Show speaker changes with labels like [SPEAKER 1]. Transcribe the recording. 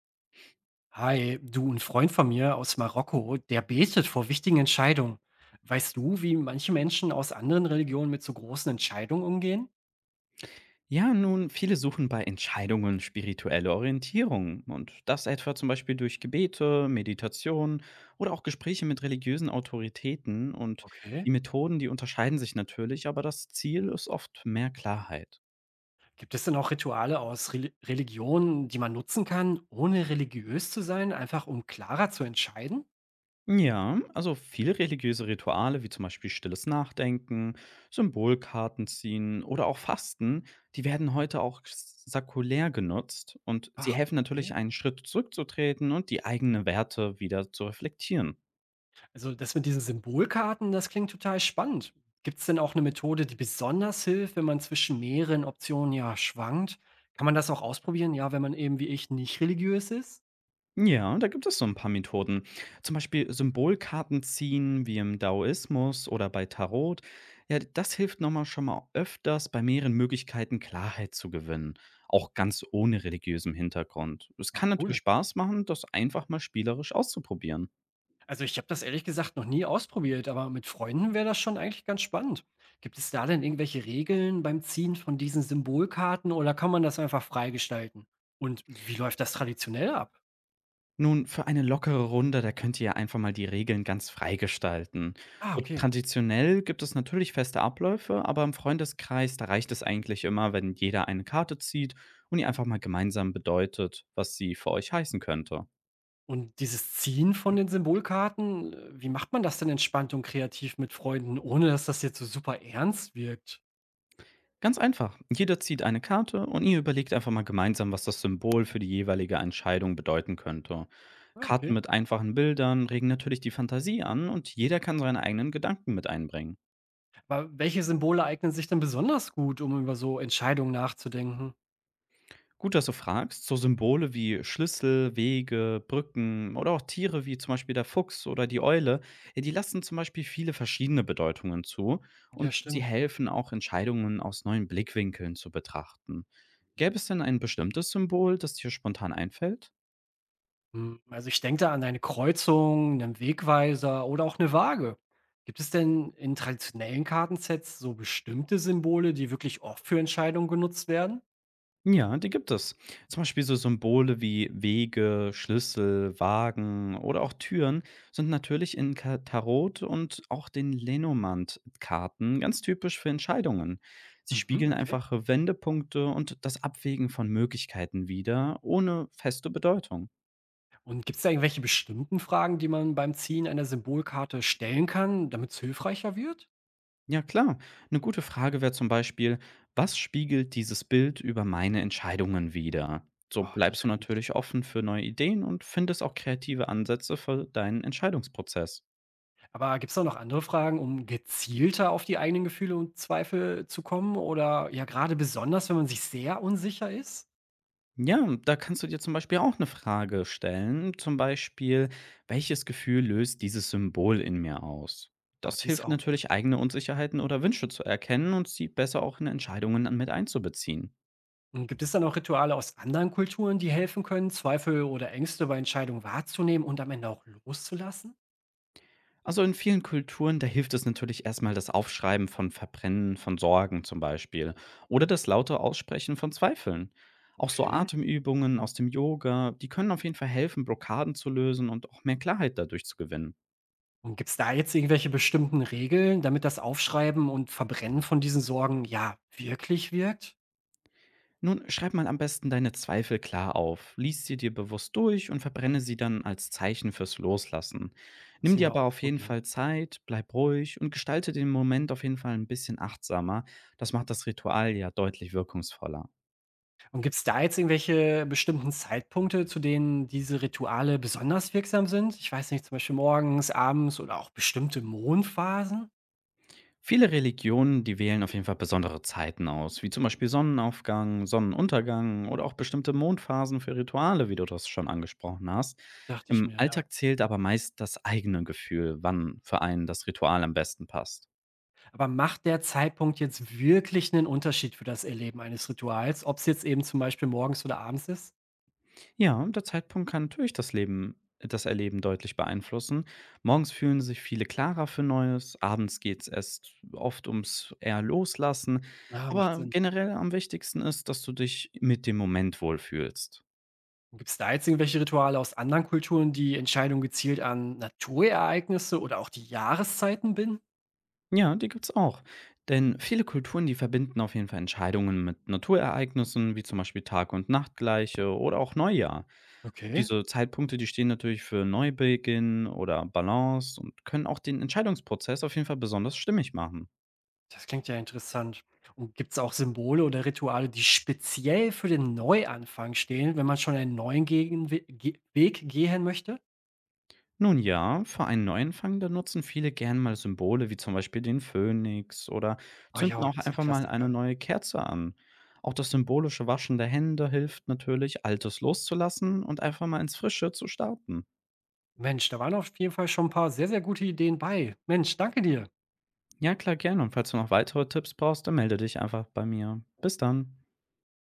[SPEAKER 1] Hi, du, ein Freund von mir aus Marokko, der betet vor wichtigen Entscheidungen. Weißt du, wie manche Menschen aus anderen Religionen mit so großen Entscheidungen umgehen?
[SPEAKER 2] Ja, nun, viele suchen bei Entscheidungen spirituelle Orientierung und das etwa zum Beispiel durch Gebete, Meditation oder auch Gespräche mit religiösen Autoritäten, und
[SPEAKER 1] Okay.
[SPEAKER 2] die Methoden, die unterscheiden sich natürlich, aber das Ziel ist oft mehr Klarheit.
[SPEAKER 1] Gibt es denn auch Rituale aus Religionen, die man nutzen kann, ohne religiös zu sein, einfach um klarer zu entscheiden?
[SPEAKER 2] Ja, also viele religiöse Rituale wie zum Beispiel stilles Nachdenken, Symbolkarten ziehen oder auch Fasten, die werden heute auch säkulär genutzt und sie
[SPEAKER 1] Ach,
[SPEAKER 2] helfen natürlich,
[SPEAKER 1] okay.
[SPEAKER 2] einen Schritt zurückzutreten und die eigenen Werte wieder zu reflektieren.
[SPEAKER 1] Also das mit diesen Symbolkarten, das klingt total spannend. Gibt es denn auch eine Methode, die besonders hilft, wenn man zwischen mehreren Optionen ja schwankt? Kann man das auch ausprobieren, ja, wenn man eben wie ich nicht religiös ist?
[SPEAKER 2] Ja, da gibt es so ein paar Methoden. Zum Beispiel Symbolkarten ziehen, wie im Daoismus oder bei Tarot. Ja, das hilft noch mal, schon mal öfters bei mehreren Möglichkeiten Klarheit zu gewinnen, auch ganz ohne religiösem Hintergrund. Es
[SPEAKER 1] Ah,
[SPEAKER 2] kann natürlich
[SPEAKER 1] cool.
[SPEAKER 2] Spaß machen, das einfach mal spielerisch auszuprobieren.
[SPEAKER 1] Also ich habe das ehrlich gesagt noch nie ausprobiert, aber mit Freunden wäre das schon eigentlich ganz spannend. Gibt es da denn irgendwelche Regeln beim Ziehen von diesen Symbolkarten oder kann man das einfach freigestalten? Und wie läuft das traditionell ab?
[SPEAKER 2] Nun, für eine lockere Runde, da könnt ihr ja einfach mal die Regeln ganz frei gestalten.
[SPEAKER 1] Ah,
[SPEAKER 2] So
[SPEAKER 1] okay.
[SPEAKER 2] traditionell gibt es natürlich feste Abläufe, aber im Freundeskreis, da reicht es eigentlich immer, wenn jeder eine Karte zieht und ihr einfach mal gemeinsam bedeutet, was sie für euch heißen könnte.
[SPEAKER 1] Und dieses Ziehen von den Symbolkarten, wie macht man das denn entspannt und kreativ mit Freunden, ohne dass das jetzt so super ernst wirkt?
[SPEAKER 2] Ganz einfach. Jeder zieht eine Karte und ihr überlegt einfach mal gemeinsam, was das Symbol für die jeweilige Entscheidung bedeuten könnte.
[SPEAKER 1] Ah,
[SPEAKER 2] Karten
[SPEAKER 1] okay.
[SPEAKER 2] mit einfachen Bildern regen natürlich die Fantasie an und jeder kann seine eigenen Gedanken mit einbringen.
[SPEAKER 1] Aber welche Symbole eignen sich denn besonders gut, um über so Entscheidungen nachzudenken?
[SPEAKER 2] Gut, dass du fragst. So Symbole wie Schlüssel, Wege, Brücken oder auch Tiere wie zum Beispiel der Fuchs oder die Eule, ja, die lassen zum Beispiel viele verschiedene Bedeutungen zu
[SPEAKER 1] Ja,
[SPEAKER 2] und sie
[SPEAKER 1] stimmt.
[SPEAKER 2] helfen auch, Entscheidungen aus neuen Blickwinkeln zu betrachten. Gäbe es denn ein bestimmtes Symbol, das dir spontan einfällt?
[SPEAKER 1] Hm, also, ich denke da an eine Kreuzung, einen Wegweiser oder auch eine Waage. Gibt es denn in traditionellen Kartensets so bestimmte Symbole, die wirklich oft für Entscheidungen genutzt werden?
[SPEAKER 2] Ja, die gibt es. Zum Beispiel so Symbole wie Wege, Schlüssel, Wagen oder auch Türen sind natürlich in Tarot und auch den Lenormand-Karten ganz typisch für Entscheidungen. Sie
[SPEAKER 1] Mhm,
[SPEAKER 2] spiegeln
[SPEAKER 1] okay.
[SPEAKER 2] einfach Wendepunkte und das Abwägen von Möglichkeiten wider, ohne feste Bedeutung.
[SPEAKER 1] Und gibt's da irgendwelche bestimmten Fragen, die man beim Ziehen einer Symbolkarte stellen kann, damit es hilfreicher wird?
[SPEAKER 2] Ja klar, eine gute Frage wäre zum Beispiel: „Was spiegelt dieses Bild über meine Entscheidungen wider?“ So
[SPEAKER 1] Ah, die
[SPEAKER 2] bleibst
[SPEAKER 1] ist
[SPEAKER 2] du
[SPEAKER 1] gut.
[SPEAKER 2] natürlich offen für neue Ideen und findest auch kreative Ansätze für deinen Entscheidungsprozess.
[SPEAKER 1] Aber gibt es da noch andere Fragen, um gezielter auf die eigenen Gefühle und Zweifel zu kommen oder ja grade besonders, wenn man sich sehr unsicher ist?
[SPEAKER 2] Ja, da kannst du dir zum Beispiel auch eine Frage stellen, zum Beispiel: „Welches Gefühl löst dieses Symbol in mir aus?“
[SPEAKER 1] Ah,
[SPEAKER 2] Das
[SPEAKER 1] die ist
[SPEAKER 2] hilft
[SPEAKER 1] auch gut.
[SPEAKER 2] natürlich, eigene Unsicherheiten oder Wünsche zu erkennen und sie besser auch in Entscheidungen mit einzubeziehen.
[SPEAKER 1] Und gibt es dann auch Rituale aus anderen Kulturen, die helfen können, Zweifel oder Ängste bei Entscheidungen wahrzunehmen und am Ende auch loszulassen?
[SPEAKER 2] Also, in vielen Kulturen, da hilft es natürlich erstmal das Aufschreiben von Verbrennen von Sorgen zum Beispiel oder das laute Aussprechen von Zweifeln. Auch so
[SPEAKER 1] Okay.
[SPEAKER 2] Atemübungen aus dem Yoga, die können auf jeden Fall helfen, Blockaden zu lösen und auch mehr Klarheit dadurch zu gewinnen.
[SPEAKER 1] Und gibt es da jetzt irgendwelche bestimmten Regeln, damit das Aufschreiben und Verbrennen von diesen Sorgen ja wirklich wirkt?
[SPEAKER 2] Nun schreib mal am besten deine Zweifel klar auf, lies sie dir bewusst durch und verbrenne sie dann als Zeichen fürs Loslassen.
[SPEAKER 1] Muss
[SPEAKER 2] Nimm
[SPEAKER 1] ich
[SPEAKER 2] dir
[SPEAKER 1] mal
[SPEAKER 2] aber auf jeden
[SPEAKER 1] ausprobieren.
[SPEAKER 2] Fall Zeit, bleib ruhig und gestalte den Moment auf jeden Fall ein bisschen achtsamer. Das macht das Ritual ja deutlich wirkungsvoller.
[SPEAKER 1] Und gibt es da jetzt irgendwelche bestimmten Zeitpunkte, zu denen diese Rituale besonders wirksam sind? Ich weiß nicht, zum Beispiel morgens, abends oder auch bestimmte Mondphasen?
[SPEAKER 2] Viele Religionen, die wählen auf jeden Fall besondere Zeiten aus, wie zum Beispiel Sonnenaufgang, Sonnenuntergang oder auch bestimmte Mondphasen für Rituale, wie du das schon angesprochen hast.
[SPEAKER 1] Dachte ich
[SPEAKER 2] Im
[SPEAKER 1] mir, ja.
[SPEAKER 2] Alltag zählt aber meist das eigene Gefühl, wann für einen das Ritual am besten passt.
[SPEAKER 1] Aber macht der Zeitpunkt jetzt wirklich einen Unterschied für das Erleben eines Rituals, ob es jetzt eben zum Beispiel morgens oder abends ist?
[SPEAKER 2] Ja, und der Zeitpunkt kann natürlich das Leben, das Erleben deutlich beeinflussen. Morgens fühlen sich viele klarer für Neues, abends geht es erst oft ums eher Loslassen.
[SPEAKER 1] Ah, macht
[SPEAKER 2] Aber
[SPEAKER 1] Sinn.
[SPEAKER 2] generell am wichtigsten ist, dass du dich mit dem Moment wohlfühlst.
[SPEAKER 1] Gibt es da jetzt irgendwelche Rituale aus anderen Kulturen, die Entscheidungen gezielt an Naturereignisse oder auch die Jahreszeiten binden?
[SPEAKER 2] Ja, die gibt's auch. Denn viele Kulturen, die verbinden auf jeden Fall Entscheidungen mit Naturereignissen, wie zum Beispiel Tag- und Nachtgleiche oder auch Neujahr.
[SPEAKER 1] Okay,
[SPEAKER 2] Diese Zeitpunkte, die stehen natürlich für Neubeginn oder Balance und können auch den Entscheidungsprozess auf jeden Fall besonders stimmig machen.
[SPEAKER 1] das klingt ja interessant. Und gibt es auch Symbole oder Rituale, die speziell für den Neuanfang stehen, wenn man schon einen neuen Gegenwe Ge Weg gehen möchte?
[SPEAKER 2] Nun ja, für einen Neuanfang, da nutzen viele gern mal Symbole wie zum Beispiel den Phönix oder
[SPEAKER 1] Oh
[SPEAKER 2] zünden
[SPEAKER 1] ja,
[SPEAKER 2] auch
[SPEAKER 1] das ist ein
[SPEAKER 2] einfach mal
[SPEAKER 1] Klassiker.
[SPEAKER 2] eine neue Kerze an. Auch das symbolische Waschen der Hände hilft natürlich, Altes loszulassen und einfach mal ins Frische zu starten.
[SPEAKER 1] Mensch, da waren auf jeden Fall schon ein paar sehr, sehr gute Ideen bei. Mensch, danke dir.
[SPEAKER 2] Ja, klar, gerne. Und falls du noch weitere Tipps brauchst, dann melde dich einfach bei mir. Bis dann.